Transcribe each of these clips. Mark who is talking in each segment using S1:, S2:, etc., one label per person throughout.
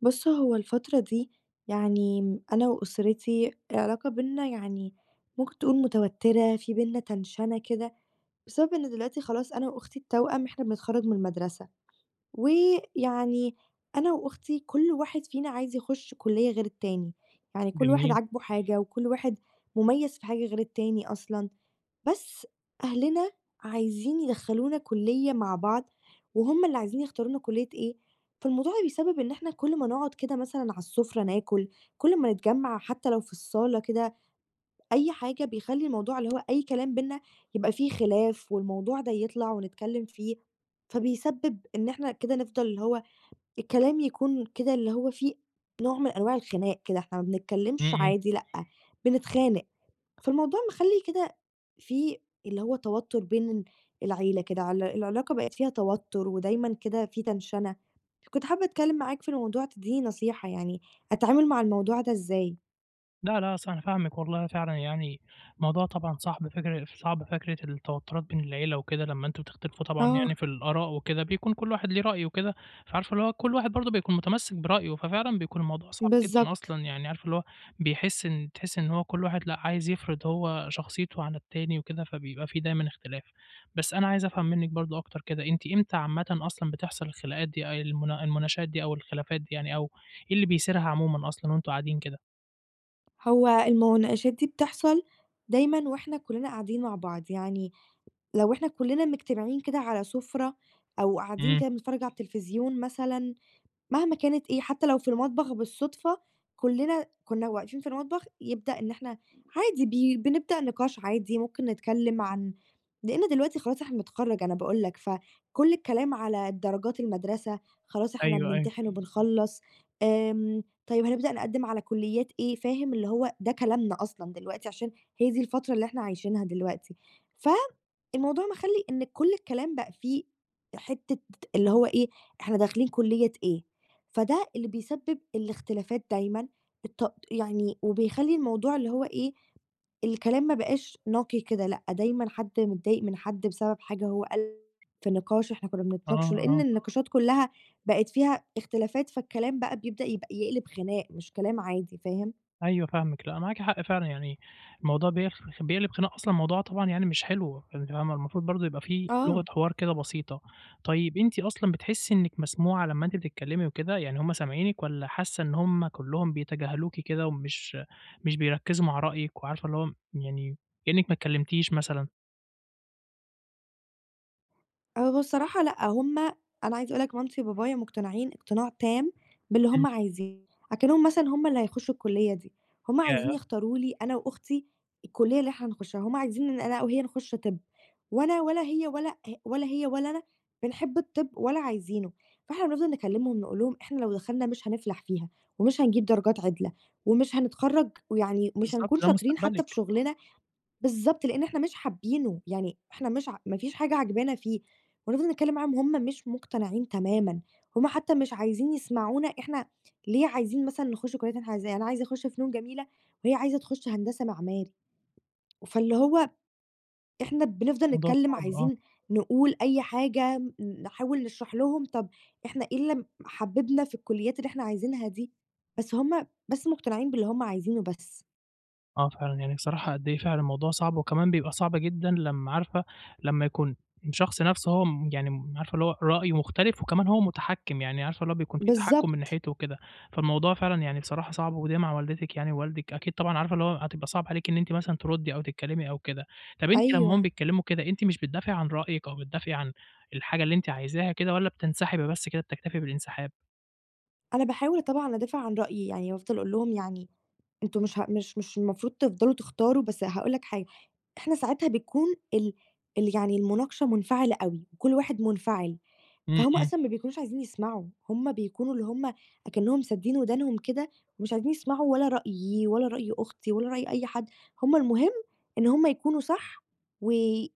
S1: بُص، هو الفترة دي يعني م أنا وأسرتي العلاقة بيننا يعني ممكن تقول متوترة، في بيننا تنشنة كده، بسبب إن دلوقتي خلاص أنا وأختي التوأم إحنا بنتخرّج من المدرسة، ويعني أنا وأختي كل واحد فينا عايز يخُش كُلّية غير التاني، يعني كل واحد
S2: جميل،
S1: عاجبه حاجة، وكل واحد مُميّز في حاجة غير التاني أصلًا. بس أهلنا عايزين يدخّلونا كُلّية مع بعض، وهُم اللي عايزين يختارونا كُلّية إيه، فالموضوع بيسبب إن إحنا كل ما نقعد كده مثلًا على السُفرة ناكُل، كل ما نتجمّع حتى لو في الصالة كده، أي حاجة بيخلّي الموضوع اللي هو أي كلام بيننا يبقى فيه خلاف والموضوع ده يطلع ونتكلّم فيه، فبيسبب إن إحنا كده نفضل اللي هو الكلام يكون كده اللي هو فيه نوع من أنواع الخناق كده، إحنا ما
S2: إمم،
S1: بنتكلمش
S2: إمم.
S1: عادي لأ، بنتخانق، فالموضوع مخلّي كده في اللي هو توتر العيلة كده، العلاقة بقت فيها توتر ودايمًا كده في تنشنة، كنت حابة أتكلم معاك في الموضوع تدّيني نصيحة يعني أتعامل مع الموضوع ده إزاي؟
S2: لا، لا، أصل أنا فاهمِك والله فعلًا يعني الموضوع طبعًا صعب فكرة التوتُّرات بين العيلة وكده لمّا أنتم بتختلفوا طبعًا
S1: آه،
S2: يعني في الآراء وكده، بيكون كل واحد ليه رأي وكده، فعارفة اللي هو كل واحد برضه بيكون متمسِّك برأيه، ففعلًا بيكون الموضوع صعب جدًا
S1: بالضبط،
S2: أصلًا، يعني عارفة اللي هو بيحس إن تحسّي إن هو كل واحد لأ، عايز يفرض هو شخصيته على التاني وكده، فبيبقى في دايمًا اختلاف. بس أنا عايز أفهم منِّك برضه أكتر كده، أنتِ إمتى عامةً أصلًا بتحصل الخناقات دي أ المنا المناشات دي أو الخلافات دي يعني أو إيه اللي بيثيرها عمومًا أصلًا وأنتم قاعدين كده؟
S1: هو المناقشات دي بتحصل دايمًا وإحنا كلنا قاعدين مع بعض، يعني لو إحنا كلّنا مجتمعين كده على سُفرة أو قاعدين
S2: إمم.
S1: كده بنتفرّج على التلفزيون مثلًا مهما كانت إيه، حتى لو في المطبخ بالصدفة كُلّنا كُنّا واقفين في المطبخ يبدأ إن إحنا عادي بي بنبدأ نقاش عادي، ممكن نتكلّم عن لإن دلوقتي خلاص إحنا بنتخرّج أنا باقول لك، فكل الكلام على درجات المدرسة، خلاص إحنا
S2: أيوه، أيوه.
S1: بنمتحن وبنخلّص، طيب هنبدأ نقدّم على كُلّيات إيه، فاهم؟ اللي هو ده كلامنا أصلًا دلوقتي عشان هي دي الفترة اللي إحنا عايشينها دلوقتي، فالموضوع مخلّي إن كل الكلام بقى فيه حتّة اللي هو إيه، إحنا داخلين كُلّية إيه؟ فده اللي بيسبب الاختلافات دايمًا يعني وبيخلّي الموضوع اللي هو إيه، الكلام ما بقاش نقي كده لأ، دايمًا حد متضايق من حد بسبب حاجة هو قالها في نقاش إحنا كنا
S2: آه،
S1: بنتناقشه، لإن
S2: آه.
S1: النقاشات كلّها بقت فيها اختلافات، فالكلام بقى بيبدأ يبقى يقلب خناق مش كلام عادي، فاهم؟
S2: أيوه فاهمِك. لأ، معاكِ حق فعلًا يعني الموضوع بيقلب خناقة أصلًا الموضوع طبعًا يعني مش حلو، أنتِ فاهمة، المفروض برضه يبقى في لغة
S1: آه.
S2: حوار كده بسيطة. طيب أنتِ أصلًا بتحسّي إنِّك مسموعة لمّا أنتِ بتتكلّمي وكده، يعني هم سامعينِك والّا حاسّة إن هم كلّهم بيتجاهلوكِ كده ومش مش بيركّزوا مع رأيِك وعارفة اللي هو يعني كإنِّك ما اتكلّمتيش مثلًا؟
S1: هو الصراحة لأ، هم أنا عايزة أقول لك مامتي وبابايا مقتنعين اقتناع تام باللي
S2: إمم،
S1: هم عايزينه، أكنهم مثلًا هم اللي هيخشوا الكلية دي، هم عايزين
S2: ياه!
S1: يختاروا لي أنا وأختي الكلية اللي إحنا هنخشها، هم عايزين إن أنا وهي نخش طِب، وأنا ولا هي ولا هي ولا أنا بنحب الطِب ولا عايزينه، فإحنا بنفضل نكلمهم نقول لهم إحنا لو دخلنا مش هنفلح فيها، ومش هنجيب درجات عدلة، ومش هنتخرج ويعني مش
S2: بالضبط،
S1: هنكون
S2: ده
S1: شاطرين حتى في
S2: مستقبلِك،
S1: شغلنا بالضبط، لإن إحنا مش حابينه، يعني إحنا مش ع ما فيش حاجة عاجبانا فيه، ونفضل نتكلّم معاهم هُم مش مقتنعين تمامًا، هُم حتى مش عايزين يسمعونا إحنا ليه عايزين مثلًن نخُش كُلّيات إحنا عايزاها، أنا عايزة أخُش فنون جميلة وهي عايزة تخُش هندسة معماري، فاللي هو إحنا بنفضل
S2: الموضوع
S1: نتكلّم
S2: صعب، آه.
S1: عايزين نقول أي حاجة، نحاول نشرح لهم طَب إحنا إيه اللي حبّبنا في الكُلّيات اللي إحنا عايزينها دي، بس هُم مقتنعين باللي هُم عايزينه بس.
S2: آه فعلًا، يعني بصراحة قد إيه فعلًا الموضوع صعب، وكمان بيبقى صعب جدًا لمّا عارفة لمّا يكون الشخص نفسه هو م يعني م عارفة اللي هو رأيه مختلف، وكمان هو متحكّم، يعني عارفة اللي هو بيكون في تحكُّم من
S1: بالضبط،
S2: ناحيته وكده، فالموضوع فعلًا يعني بصراحة صعب، وده مع والدتِك يعني ووالدِك أكيد طبعًا عارفة اللي هو هتبقى صعب عليكِ إن أنتِ مثلًا تردّي أو تتكلّمي أو كده. طَب أنتِ لمّا هُم
S1: أيوه.
S2: بيتكلّموا كده، أنتِ مش بتدافعي عن رأيِك أو بتدافعي عن الحاجة اللي أنتِ عايزاها كده والّا بتنسحبي بس كده بتكتفي بالانسحاب؟
S1: أنا باحاول طبعًا أدافع عن رأيي، يعني بافضل أقول لهم يعني أنتم مش ه مش مش المفروض تفضلوا تختاروا، بس هاقول لك حاجة، إحنا ساعتها بتكون ال يعني المناقشة منفعلة أوي، وكل واحد منفعل،
S2: إمم،
S1: فهُم
S2: إمم،
S1: أصلًا ما بيكونوش عايزين يسمعوا، هُم بيكونوا اللي هُم أكنّهم سادين ودانهم كده، ومش عايزين يسمعوا ولا رأيي ولا رأي أختي ولا رأي أي حد، هُم المهم إن هُم يكونوا صح و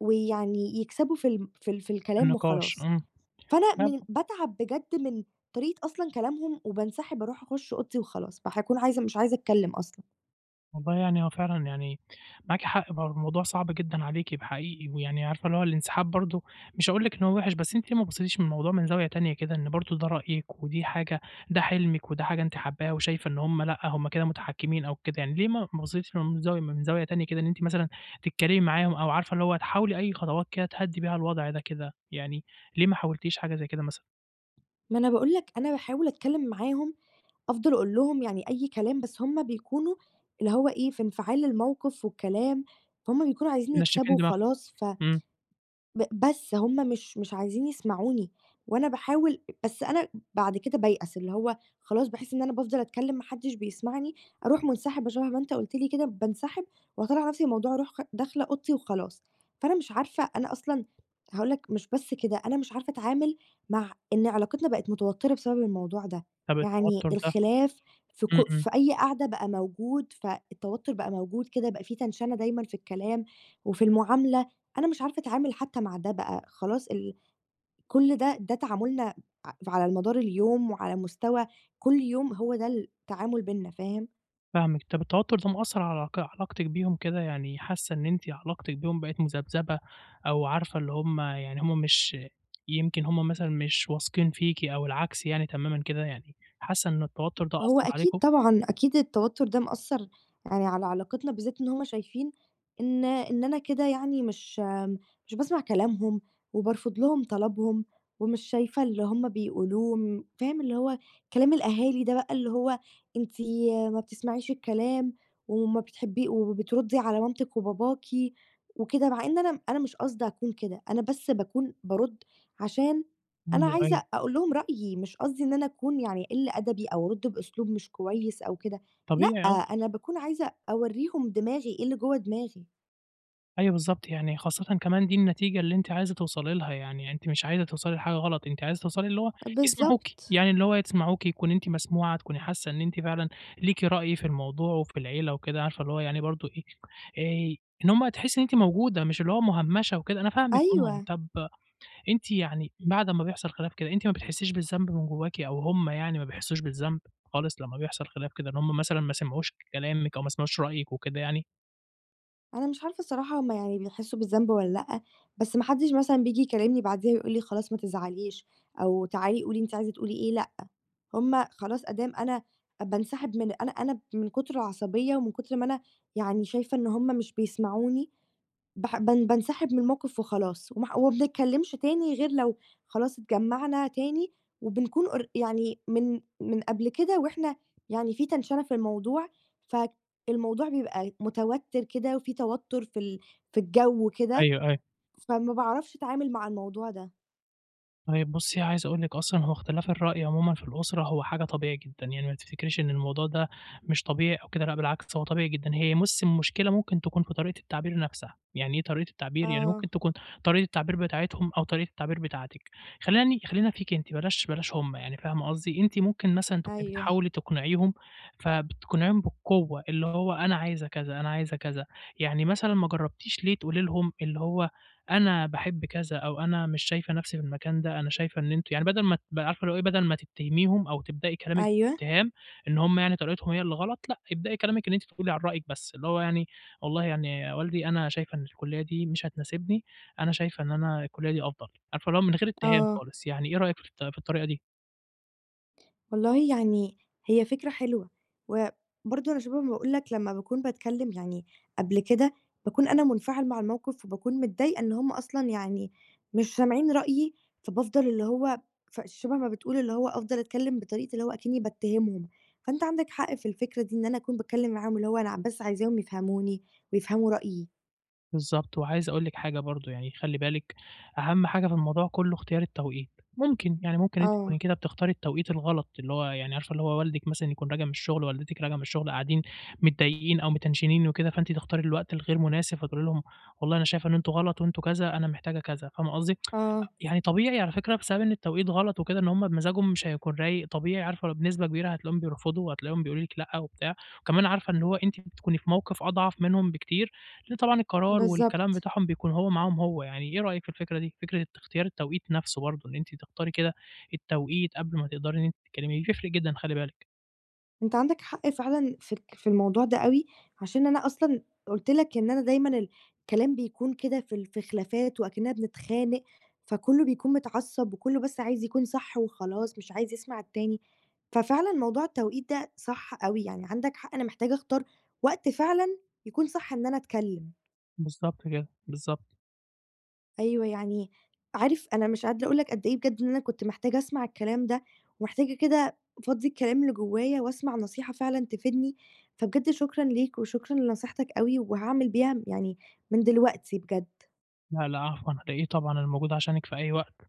S1: ويعني يكسبوا في الم في ال في الكلام
S2: بالنقاش،
S1: وخلاص.
S2: إمم.
S1: فأنا باتعب بجد من طريقة أصلًا كلامهم، وبانسحب أروح أخُش أوضتي وخلاص، باكون مش عايزة أتكلّم أصلًا.
S2: والله يعني هو فعلًا يعني معاكِ حق بقى الموضوع صعب جدًا عليكِ حقيقي، ويعني عارفة اللي هو الانسحاب برضه مش هاقول لِك إن هو وِحِش، بس أنتِ ليه ما بصيتيش من الموضوع من زاوية تانية كده، إن برضه ده رأيِك ودي حاجة ده حلمِك وده حاجة أنتِ حاباها وشايفة إن هم لأ، هم كده متحكمين أو كده، يعني ليه ما بصيتيش من زاوية تانية كده إن أنتِ مثلًا تتكلمي معاهم أو عارفة اللي هو تحاولي أي خطوات كده تهدّي بيها الوضع ده كده، يعني ليه ما حاولتيش حاجة زي كده مثلًا؟
S1: ما أنا باقول لك أنا باحاول أتكلّم معاهم، أفضل أقول لهم يعني أي كلام، بس هُم بيكونوا اللي هو إيه، في انفعال الموقف والكلام، فهُم بيكونوا عايزين
S2: منشِّفين
S1: يكسبوا
S2: دماغهم،
S1: وخلاص، ف
S2: إمم،
S1: ب بس هُم مش عايزين يسمعوني، وأنا باحاول بس أنا بعد كده بايأس، اللي هو خلاص باحس إن أنا بافضل أتكلّم ما حدش بيسمعني، أروح منسحبة شبه ما أنت قُلت لي كده بانسحب وأطلّع نفْسي من الموضوع أروح داخلة أوضتي وخلاص، فأنا مش عارفة أنا أصلًا هاقول لك مش بس كده، أنا مش عارفة أتعامل مع إن علاقتنا بقت متوتّرة بسبب الموضوع ده،
S2: طَب
S1: يعني
S2: التوتر ده
S1: الخلاف في
S2: إمم،
S1: ك
S2: إمم.
S1: في أي قعدة بقى موجود، فالتوتّر بقى موجود كده، بقى في تنشنة دايمًا في الكلام وفي المعاملة. أنا مش عارفة أتعامل حتى مع ده بقى، خلاص كل ده تعاملنا على مدار اليوم وعلى مستوى كل يوم هو ده التعامل بيننا، فاهم؟
S2: فاهمِك. طَب التوتُّر ده مأثّر على علاقتِك بيهم كده، يعني حاسّة إن أنتِ علاقتِك بيهم بقت مذبذبة أو عارفة اللي هم يعني هم مش يمكن هم مثلًا مش واثقين فيكِ أو العكس يعني تمامًا كده، يعني حاسّة إن التوتُّر ده
S1: هو
S2: أثّر
S1: أكيد
S2: عليكم؟
S1: طبعًا، أكيد التوتر ده مأثّر يعني على علاقتنا، بالذات إن هم شايفين إن أنا كده يعني مش باسمع كلامهم، وبارفض لهم طلبهم، ومش شايفة اللي هم بيقولوه، فاهم اللي هو كلام الأهالي ده بقى اللي هو أنتِ ما بتسمعيش الكلام، وما بتحبي وبتردّي على مامتِك وباباكِ وكده، مع إن أنا مش قصدي أكون كده، أنا بس باكون بارُد عشان أنا
S2: أيوه، أيوه.
S1: عايزة أقول لهم رأيي، مش قصدي إن أنا أكون يعني قِلّ أدبي أو أرُدّ بأسلوب مش كويس أو كده، لأ،
S2: طبيعي
S1: أنا باكون عايزة أورّيهم دماغي، إيه اللي جوّه دماغي.
S2: أيوه بالضبط، يعني خاصةً كمان دي النتيجة اللي أنتِ عايزة توصلي لها، يعني أنتِ مش عايزة توصلي لحاجة غلط، أنتِ عايزة توصلي اللي هو يسمعوكِ،
S1: بالضبط،
S2: يعني اللي هو يسمعوكِ، تكوني أنتِ مسموعة، تكوني حاسة إن أنتِ فعلًا ليكِ رأي في الموضوع وفي العيلة وكده، عارفة اللي هو يعني برضه إيه، آآ إن هم تحسي إن أنتِ موجودة، مش اللي هو مهمشة وكده، أنا فاهمِك عمومًا.
S1: أيوه.
S2: طب أنتِ يعني بعد ما بيحصل خلاف كده، أنتِ ما بتحسيش بالذنب من جواكِ أو هم يعني ما بيحسوش بالذنب خالص لما بيحصل خلاف كده، إن هم مثلًا ما سمعوش كلامِك أو ما سمعوش رأيِك وكده يعني؟
S1: أنا مش عارفة الصراحة هُم يعني بيحسّوا بالذنب والّا لأ، بس ما حدّش مثلًا بييجي يكلّمني بعديها ويقول لي خلاص ما تزعليش أو تعالي قولي أنتِ عايزة تقولي إيه، لأ، هُم خلاص أدام أنا بانسحب من أنا من كُتر العصبية ومن كُتر ما أنا يعني شايفة إن هُم مش بيسمعوني باح بان بانسحب من الموقف وخلاص، ومح وما بنتكلمش تاني غير لو خلاص اتجمّعنا تاني، وبنكون يعني من قبل كده وإحنا يعني في تنشنة في الموضوع، فالموضوع بيبقى متوتر كده وفي توتر في الجو كده،
S2: أيوه، أيوه.
S1: فما باعرفش أتعامل مع الموضوع ده.
S2: طيب بُصّي، عايز أقول لِك أصلًا هو اختلاف الرأي عمومًا في الأسرة هو حاجة طبيعي جدًا، يعني ما تفتكريش إن الموضوع ده مش طبيعي أو كده، لأ بالعكس هو طبيعي جدًا. هي بُصّي، المشكلة ممكن تكون في طريقة التعبير نَفْسها، يعني إيه طريقة التعبير؟ يعني
S1: آه،
S2: ممكن تكون طريقة التعبير بتاعتهم أو طريقة التعبير بتاعتِك. خلّينا فيكِ أنتِ، بلاش هم يعني، فاهمة قصدي؟ أنتِ ممكن مثلًا تكوني
S1: أيوه،
S2: بتحاولي تقنعيهم، فبتقنعيهم بالقوة، اللي هو أنا عايزة كذا، أنا عايزة كذا. يعني مثلًا ما جرّبتيش ليه تقولي لهم اللي هو أنا باحب كذا، أو أنا مش شايفة نفسي في المكان ده، أنا شايفة إن أنتم يعني بدل ما عارفة اللي هو إيه، بدل ما تتهميهم أو تبدئي كلامِك
S1: أيوه،
S2: باتهام إن هم يعني طريقتهم هي اللي غلط، لأ، ابدئي كلامِك إن أنتِ تقولي عن رأيِك بس، اللي هو يعني والله يعني يا والدي أنا شايفة إن الكلية دي مش هتناسبني، أنا شايفة إن أنا الكلية دي أفضل، عارفة اللي هو من غير اتهام
S1: آه.
S2: خالص، يعني إيه رأيك في الطريقة دي؟
S1: والله يعني هي فكرة حلوة، وبرضه أنا شبه ما باقول لك لمّا باكون باتكلّم يعني قبل كده، باكون أنا منفعل مع الموقف وباكون متضايقة إن هُم أصلًا يعني مش سامعين رأيي، فبافضل اللي هو ف شبه ما بتقول اللي هو أفضل أتكلّم بطريقة اللي هو أكنّي باتهمهم، فأنت عندك حق في الفكرة دي إن أنا أكون باتكلّم معاهم اللي هو أنا بس عايزاهم يفهموني ويفهموا رأيي.
S2: بالضبط، وعايز أقول لِك حاجة برضه يعني خلّي بالِك أهم حاجة في الموضوع كلّه اختيار التوقيت، ممكن يعني ممكن أنتِ
S1: آه،
S2: تكوني كده بتختاري التوقيت الغلط، اللي هو يعني عارفة اللي هو والدِك مثلًا يكون راجع من الشغل، والدتِك راجعة من الشغل قاعدين متضايقين أو متنشنين وكده، فأنتِ تختاري الوقت الغير مناسب فتقولي لهم والله أنا شايفة إن أنتم غلط وأنتم كذا، أنا محتاجة كذا، فاهمة قصدي؟
S1: آه،
S2: يعني طبيعي على فكرة بسبب إن التوقيت غلط وكده، إن هُم بمزاجهم مش هيكون رايق، طبيعي عارفة بنسبة كبيرة هتلاقيهم بيرفضوا وهتلاقيهم بيقولوا لِك لأ وبتاع، وكمان عارفة إن هو أنتِ بتكوني في موقف أضعف منهم بكتير، لإن طبعًا القرار والكلام
S1: بالضبط.
S2: بتاعهم بيكون هو معاهم هو يعني، إيه رأيِك في الفكرة دي؟ فكرة اختيار التوقيت نفسه برضه، إن أنتِ تختاري كده التوقيت قبل ما تقدري إن أنتِ تتكلمي، بيفرق جدًا خلي بالِك.
S1: أنت عندك حق فعلًا في الموضوع ده أوي، عشان أنا أصلًا قُلت لك إن أنا دايمًا الكلام بيكون كده في خلافات وأكننا بنتخانق، فكُلّه بيكون متعصب وكُلّه بس عايز يكون صح وخلاص، مش عايز يسمع التاني. ففعلًا موضوع التوقيت ده صح أوي، يعني عندك حق أنا محتاجة أختار وقت فعلًا يكون صح إن أنا أتكلم.
S2: بالضبط كده، بالضبط.
S1: أيوه، يعني عارف أنا مش قادرة أقول لك قد إيه بجد إن أنا كنت محتاجة أسمع الكلام ده، ومحتاجة كده أفضّي الكلام اللي جوايا وأسمع نصيحة فعلًا تفيدني، فبجد شكرًا ليك وشكرًا لنصيحتك أوي، وهاعمل بيها يعني من دلوقتي بجد.
S2: لا، لا عفوًا، على إيه طبعًا، أنا موجود عشانِك في أي وقت.